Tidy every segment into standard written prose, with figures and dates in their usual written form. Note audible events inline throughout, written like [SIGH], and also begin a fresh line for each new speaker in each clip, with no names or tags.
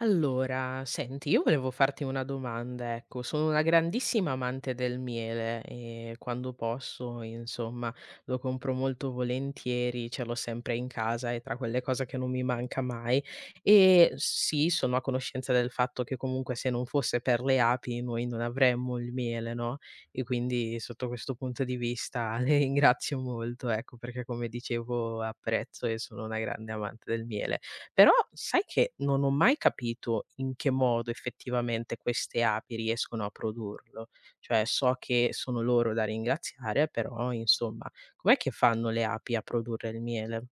Allora, senti, io volevo farti una domanda, ecco, sono una grandissima amante del miele e quando posso, insomma, lo compro molto volentieri, ce l'ho sempre in casa, è tra quelle cose che non mi manca mai. E sì, sono a conoscenza del fatto che comunque se non fosse per le api noi non avremmo il miele, no? E quindi sotto questo punto di vista [LAUGHS] le ringrazio molto, ecco, perché come dicevo apprezzo e sono una grande amante del miele. Però sai che non ho mai capito in che modo effettivamente queste api riescono a produrlo? Cioè so che sono loro da ringraziare, però insomma, com'è che fanno le api a produrre il miele?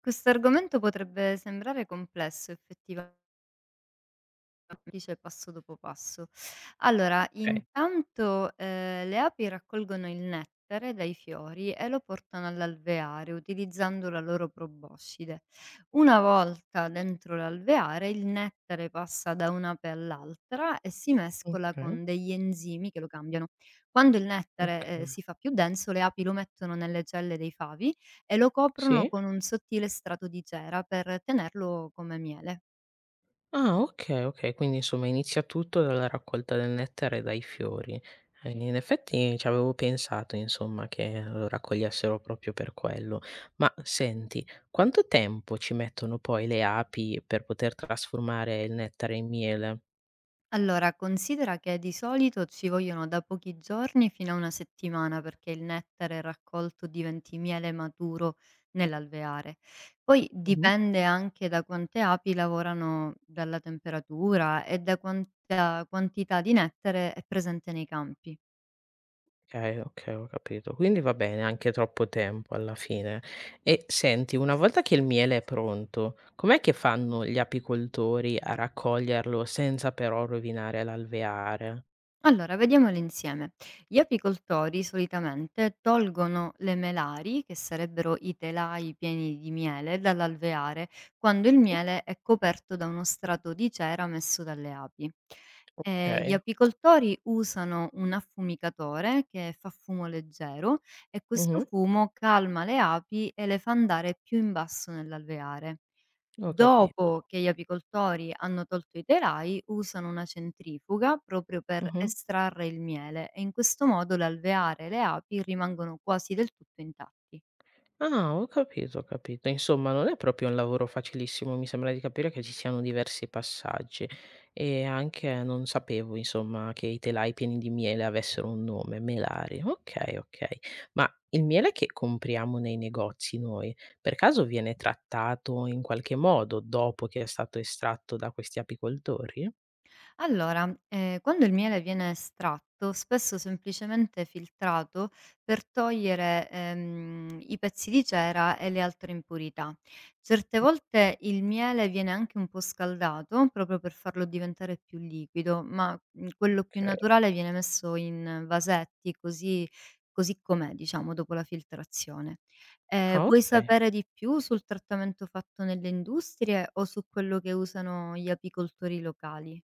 Questo argomento potrebbe sembrare complesso effettiva dice passo dopo passo. Allora,
Okay.
intanto, le api raccolgono il nettare dai fiori e lo portano all'alveare utilizzando la loro proboscide. Una volta dentro l'alveare, il nettare passa da un'ape all'altra e si mescola
Okay,
con degli enzimi che lo cambiano. Quando il nettare,
okay.
si fa più denso, le api lo mettono nelle celle dei favi e lo coprono
Sì?
con un sottile strato di cera per tenerlo come miele.
Ah okay, okay, quindi insomma inizia tutto dalla raccolta del nettare e dai fiori. In effetti ci avevo pensato insomma che lo raccogliessero proprio per quello. Ma senti, quanto tempo ci mettono poi le api per poter trasformare il nettare in miele?
Allora, considera che di solito ci vogliono da pochi giorni fino a una settimana perché il nettare raccolto diventi miele maturo nell'alveare. Poi
Mh-mh.
dipende anche da quante api lavorano dalla temperatura e da quanta quantità di nettare è presente nei campi.
Okay, okay, ho capito. Quindi va bene anche troppo tempo alla fine. E senti, una volta che il miele è pronto, com'è che fanno gli apicoltori a raccoglierlo senza però rovinare l'alveare?
Allora, vediamole insieme. Gli apicoltori solitamente tolgono le melari, che sarebbero i telai pieni di miele, dall'alveare quando il miele è coperto da uno strato di cera messo dalle api. Gli
Okay.
apicoltori usano un affumicatore che fa fumo leggero e questo
Mh-mh.
fumo calma le api e le fa andare più in basso nell'alveare.
Ho
Dopo
capito.
che gli apicoltori hanno tolto i telai, usano una centrifuga proprio per
Mh-mh.
estrarre il miele e in questo modo l'alveare e le api rimangono quasi del tutto intatti.
Ah, ho capito, ho capito. Insomma, non è proprio un lavoro facilissimo, mi sembra di capire che ci siano diversi passaggi e anche non sapevo, insomma, che i telai pieni di miele avessero un nome, melari. Okay, okay. Ma il miele che compriamo nei negozi noi, per caso viene trattato in qualche modo dopo che è stato estratto da questi apicoltori?
Allora, quando il miele viene estratto, spesso semplicemente filtrato per togliere, i pezzi di cera e le altre impurità. Certe volte il miele viene anche un po' scaldato, proprio per farlo diventare più liquido, ma, quello più
Okay.
naturale viene messo in vasetti, così così com'è, diciamo, dopo la filtrazione.
Ah,
Vuoi
okay.
sapere di più sul trattamento fatto nelle industrie o su quello che usano gli apicoltori locali?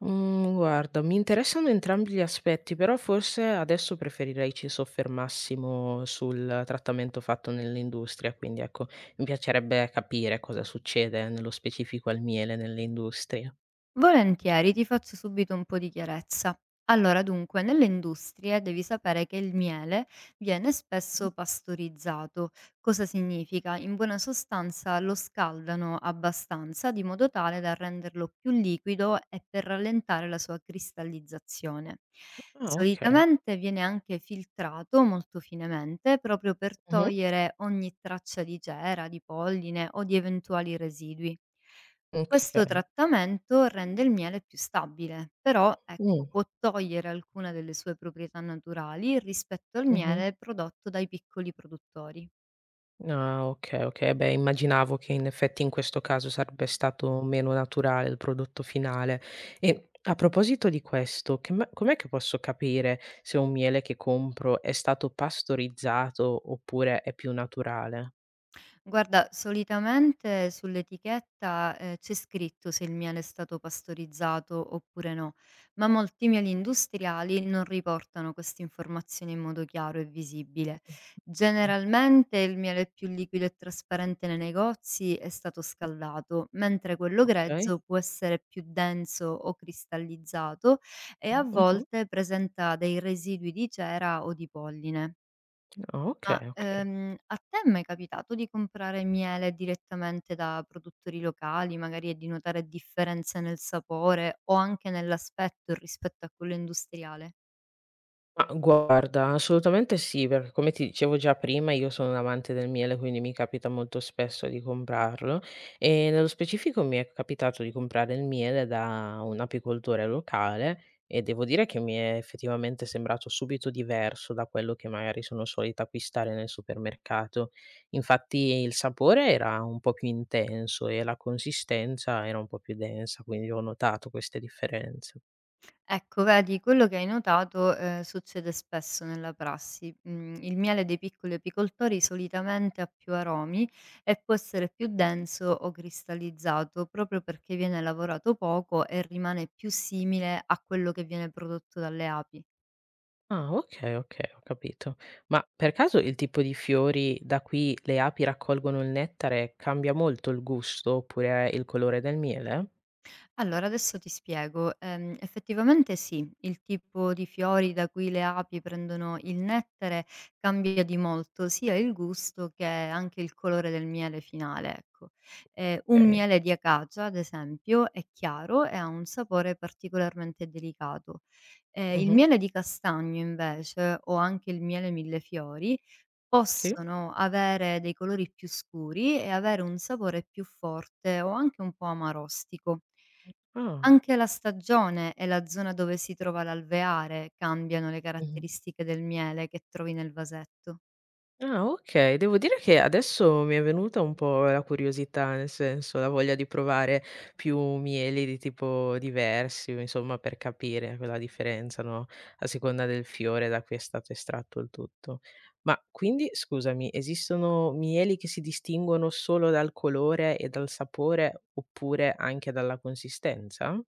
Mhmm, guarda, mi interessano entrambi gli aspetti, però forse adesso preferirei ci soffermassimo sul trattamento fatto nell'industria, quindi ecco, mi piacerebbe capire cosa succede nello specifico al miele nell'industria.
Volentieri, ti faccio subito un po' di chiarezza. Allora, dunque, nelle industrie devi sapere che il miele viene
Mh.
spesso pastorizzato. Cosa significa? In buona sostanza lo scaldano abbastanza di modo tale da renderlo più liquido e per rallentare la sua cristallizzazione.
Ah okay.
Solitamente viene anche filtrato molto finemente proprio per
Mh-mh.
togliere ogni traccia di cera, di polline o di eventuali residui. Questo
Okay.
trattamento rende il miele più stabile, però
Mh.
ecco, può togliere alcune delle sue proprietà naturali rispetto al
Mh-mh.
miele prodotto dai piccoli produttori.
Ah, okay, okay. Beh, immaginavo che in effetti in questo caso sarebbe stato meno naturale il prodotto finale. E a proposito di questo, che me com'è che posso capire se un miele che compro è stato pastorizzato oppure è più naturale?
Guarda, solitamente sull'etichetta, c'è scritto se il miele è stato pastorizzato oppure no, ma molti mieli industriali non riportano queste informazioni in modo chiaro e visibile.
Mh, ah,
Generalmente il miele più liquido e trasparente nei negozi è stato scaldato, mentre quello
okay.
grezzo può essere più denso o cristallizzato e a
Mh-mh.
volte presenta dei residui di cera o di polline.
Ah, okay,
Ma,
okay.
a te è mai capitato di comprare miele direttamente da produttori locali, magari, e di notare differenze nel sapore o anche nell'aspetto rispetto a quello industriale?
Ma guarda, assolutamente sì, perché come ti dicevo già prima, io sono un amante del miele, quindi mi capita molto spesso di comprarlo e nello specifico mi è capitato di comprare il miele da un apicoltore locale e devo dire che mi è effettivamente sembrato subito diverso da quello che magari sono solita acquistare nel supermercato. Infatti il sapore era un po' più intenso e la consistenza era un po' più densa, quindi ho notato queste differenze.
Ecco vedi, quello che hai notato, succede spesso nella prassi. Mhmm, il miele dei piccoli apicoltori solitamente ha più aromi e può essere più denso o cristallizzato, proprio perché viene lavorato poco e rimane più simile a quello che viene prodotto dalle api.
Ah, okay, okay, ho capito. Ma per caso il tipo di fiori da cui le api raccolgono il nettare cambia molto il gusto oppure il colore del miele?
Allora, adesso ti spiego. Effettivamente sì, il tipo di fiori da cui le api prendono il nettare cambia di molto sia il gusto che anche il colore del miele finale, ecco. Un
Okay.
miele di acacia, ad esempio, è chiaro e ha un sapore particolarmente delicato. Il
Mh-mh,
miele di castagno, invece, o anche il miele millefiori,
sì.
possono avere dei colori più scuri e avere un sapore più forte o anche un po' amarostico.
Ah.
Anche la stagione e la zona dove si trova l'alveare cambiano le
Mh-mh.
caratteristiche del miele che trovi nel vasetto.
Ah, okay. Devo dire che adesso mi è venuta un po' la curiosità, nel senso la voglia di provare più mieli di tipo diversi, insomma per capire quella differenza, no, a seconda del fiore da cui è stato estratto il tutto. Ma quindi scusami, esistono mieli che si distinguono solo dal colore e dal sapore oppure anche dalla consistenza?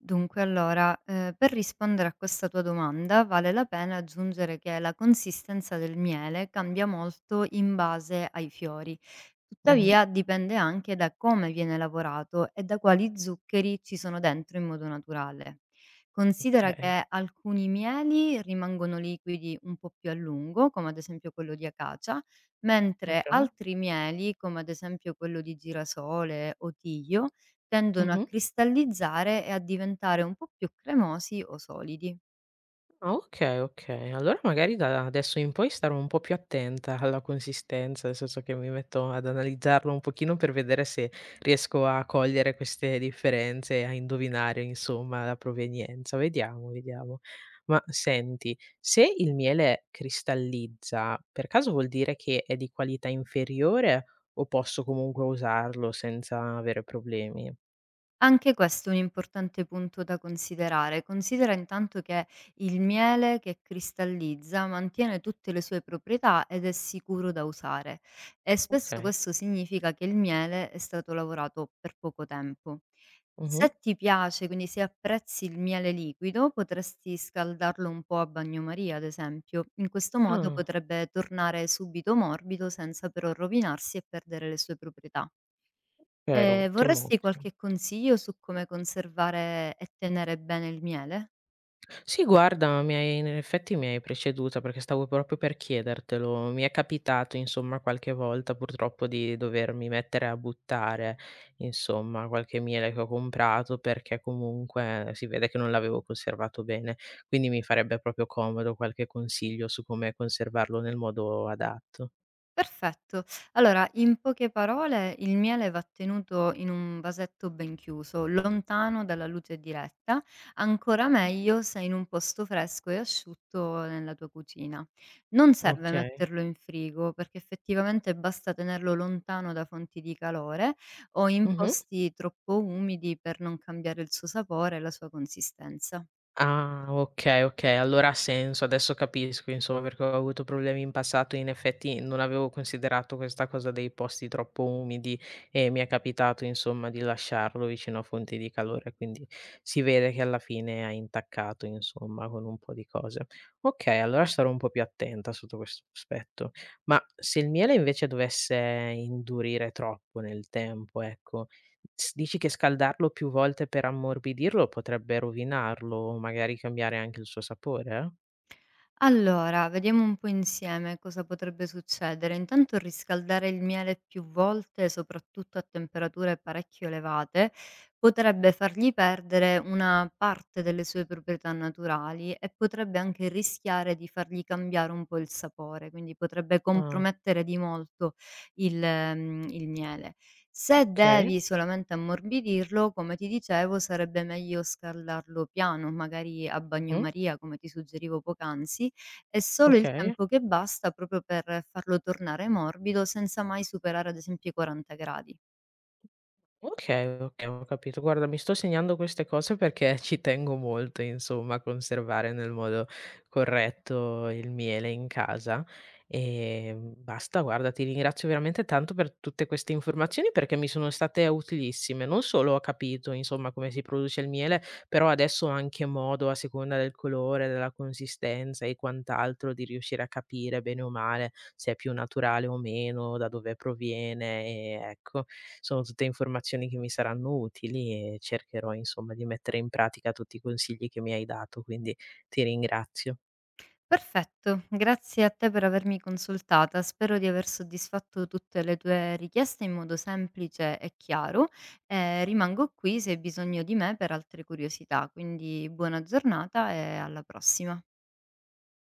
Dunque, allora, per rispondere a questa tua domanda vale la pena aggiungere che la consistenza del miele cambia molto in base ai fiori.
Mh-mh.
Tuttavia dipende anche da come viene lavorato e da quali zuccheri ci sono dentro in modo naturale. Considera
Okay,
che alcuni mieli rimangono liquidi un po' più a lungo, come ad esempio quello di acacia, mentre
okay.
altri mieli, come ad esempio quello di girasole o tiglio, tendono a
Mh-mh.
cristallizzare e a diventare un po' più cremosi o solidi.
Ah okay, okay. Allora magari da adesso in poi starò un po' più attenta alla consistenza, nel senso che mi metto ad analizzarlo un pochino per vedere se riesco a cogliere queste differenze e a indovinare insomma la provenienza. Vediamo, vediamo. Ma senti, se il miele cristallizza, per caso vuol dire che è di qualità inferiore o posso comunque usarlo senza avere problemi?
Anche questo è un importante punto da considerare. Considera intanto che il miele che cristallizza mantiene tutte le sue proprietà ed è sicuro da usare e spesso
Okay.
questo significa che il miele è stato lavorato per poco tempo.
Mh-mh.
Se ti piace, quindi se apprezzi il miele liquido, potresti scaldarlo un po' a bagnomaria, ad esempio. In questo modo
Ah,
potrebbe tornare subito morbido senza però rovinarsi e perdere le sue proprietà.
okay, ottimo,
Vorresti
ottimo.
qualche consiglio su come conservare e tenere bene il miele?
Sì, guarda, mi hai in effetti mi hai preceduta perché stavo proprio per chiedertelo. Mi è capitato, insomma, qualche volta purtroppo di dovermi mettere a buttare, insomma, qualche miele che ho comprato perché comunque si vede che non l'avevo conservato bene, quindi mi farebbe proprio comodo qualche consiglio su come conservarlo nel modo adatto.
Perfetto. Allora, in poche parole, il miele va tenuto in un vasetto ben chiuso, lontano dalla luce diretta, ancora meglio se in un posto fresco e asciutto nella tua cucina. Non serve
Okay.
metterlo in frigo, perché effettivamente basta tenerlo lontano da fonti di calore o in
Mh-mh.
posti troppo umidi per non cambiare il suo sapore e la sua consistenza.
Ah, okay, okay, allora ha senso, adesso capisco insomma perché ho avuto problemi in passato e in effetti non avevo considerato questa cosa dei posti troppo umidi e mi è capitato insomma di lasciarlo vicino a fonti di calore, quindi si vede che alla fine ha intaccato insomma con un po' di cose. Okay, allora sarò un po' più attenta sotto questo aspetto. Ma se il miele invece dovesse indurire troppo nel tempo, ecco, S dici che scaldarlo più volte per ammorbidirlo potrebbe rovinarlo o magari cambiare anche il suo sapore, eh?
Allora, vediamo un po' insieme cosa potrebbe succedere. Intanto riscaldare il miele più volte, soprattutto a temperature parecchio elevate, potrebbe fargli perdere una parte delle sue proprietà naturali e potrebbe anche rischiare di fargli cambiare un po' il sapore, quindi potrebbe
Ah,
compromettere di molto il miele. Se
okay.
devi solamente ammorbidirlo, come ti dicevo, sarebbe meglio scaldarlo piano, magari a
Mh-mh.
bagnomaria, come ti suggerivo poc'anzi, è solo il
Okay.
tempo che basta proprio per farlo tornare morbido senza mai superare ad esempio i 40 gradi.
Okay, okay, ho capito. Guarda, mi sto segnando queste cose perché [LAUGHS] ci tengo molto, insomma, a conservare nel modo corretto il miele in casa. Basta, guarda, ti ringrazio veramente tanto per tutte queste informazioni perché mi sono state utilissime. Non solo ho capito, insomma, come si produce il miele, però adesso ho anche modo, a seconda del colore, della consistenza e quant'altro, di riuscire a capire bene o male se è più naturale o meno, da dove proviene e ecco, sono tutte informazioni che mi saranno utili e cercherò insomma di mettere in pratica tutti i consigli che mi hai dato, quindi ti ringrazio.
Perfetto, grazie a te per avermi consultata. Spero di aver soddisfatto tutte le tue richieste in modo semplice e chiaro. Rimango qui se hai bisogno di me per altre curiosità, quindi buona giornata e alla prossima.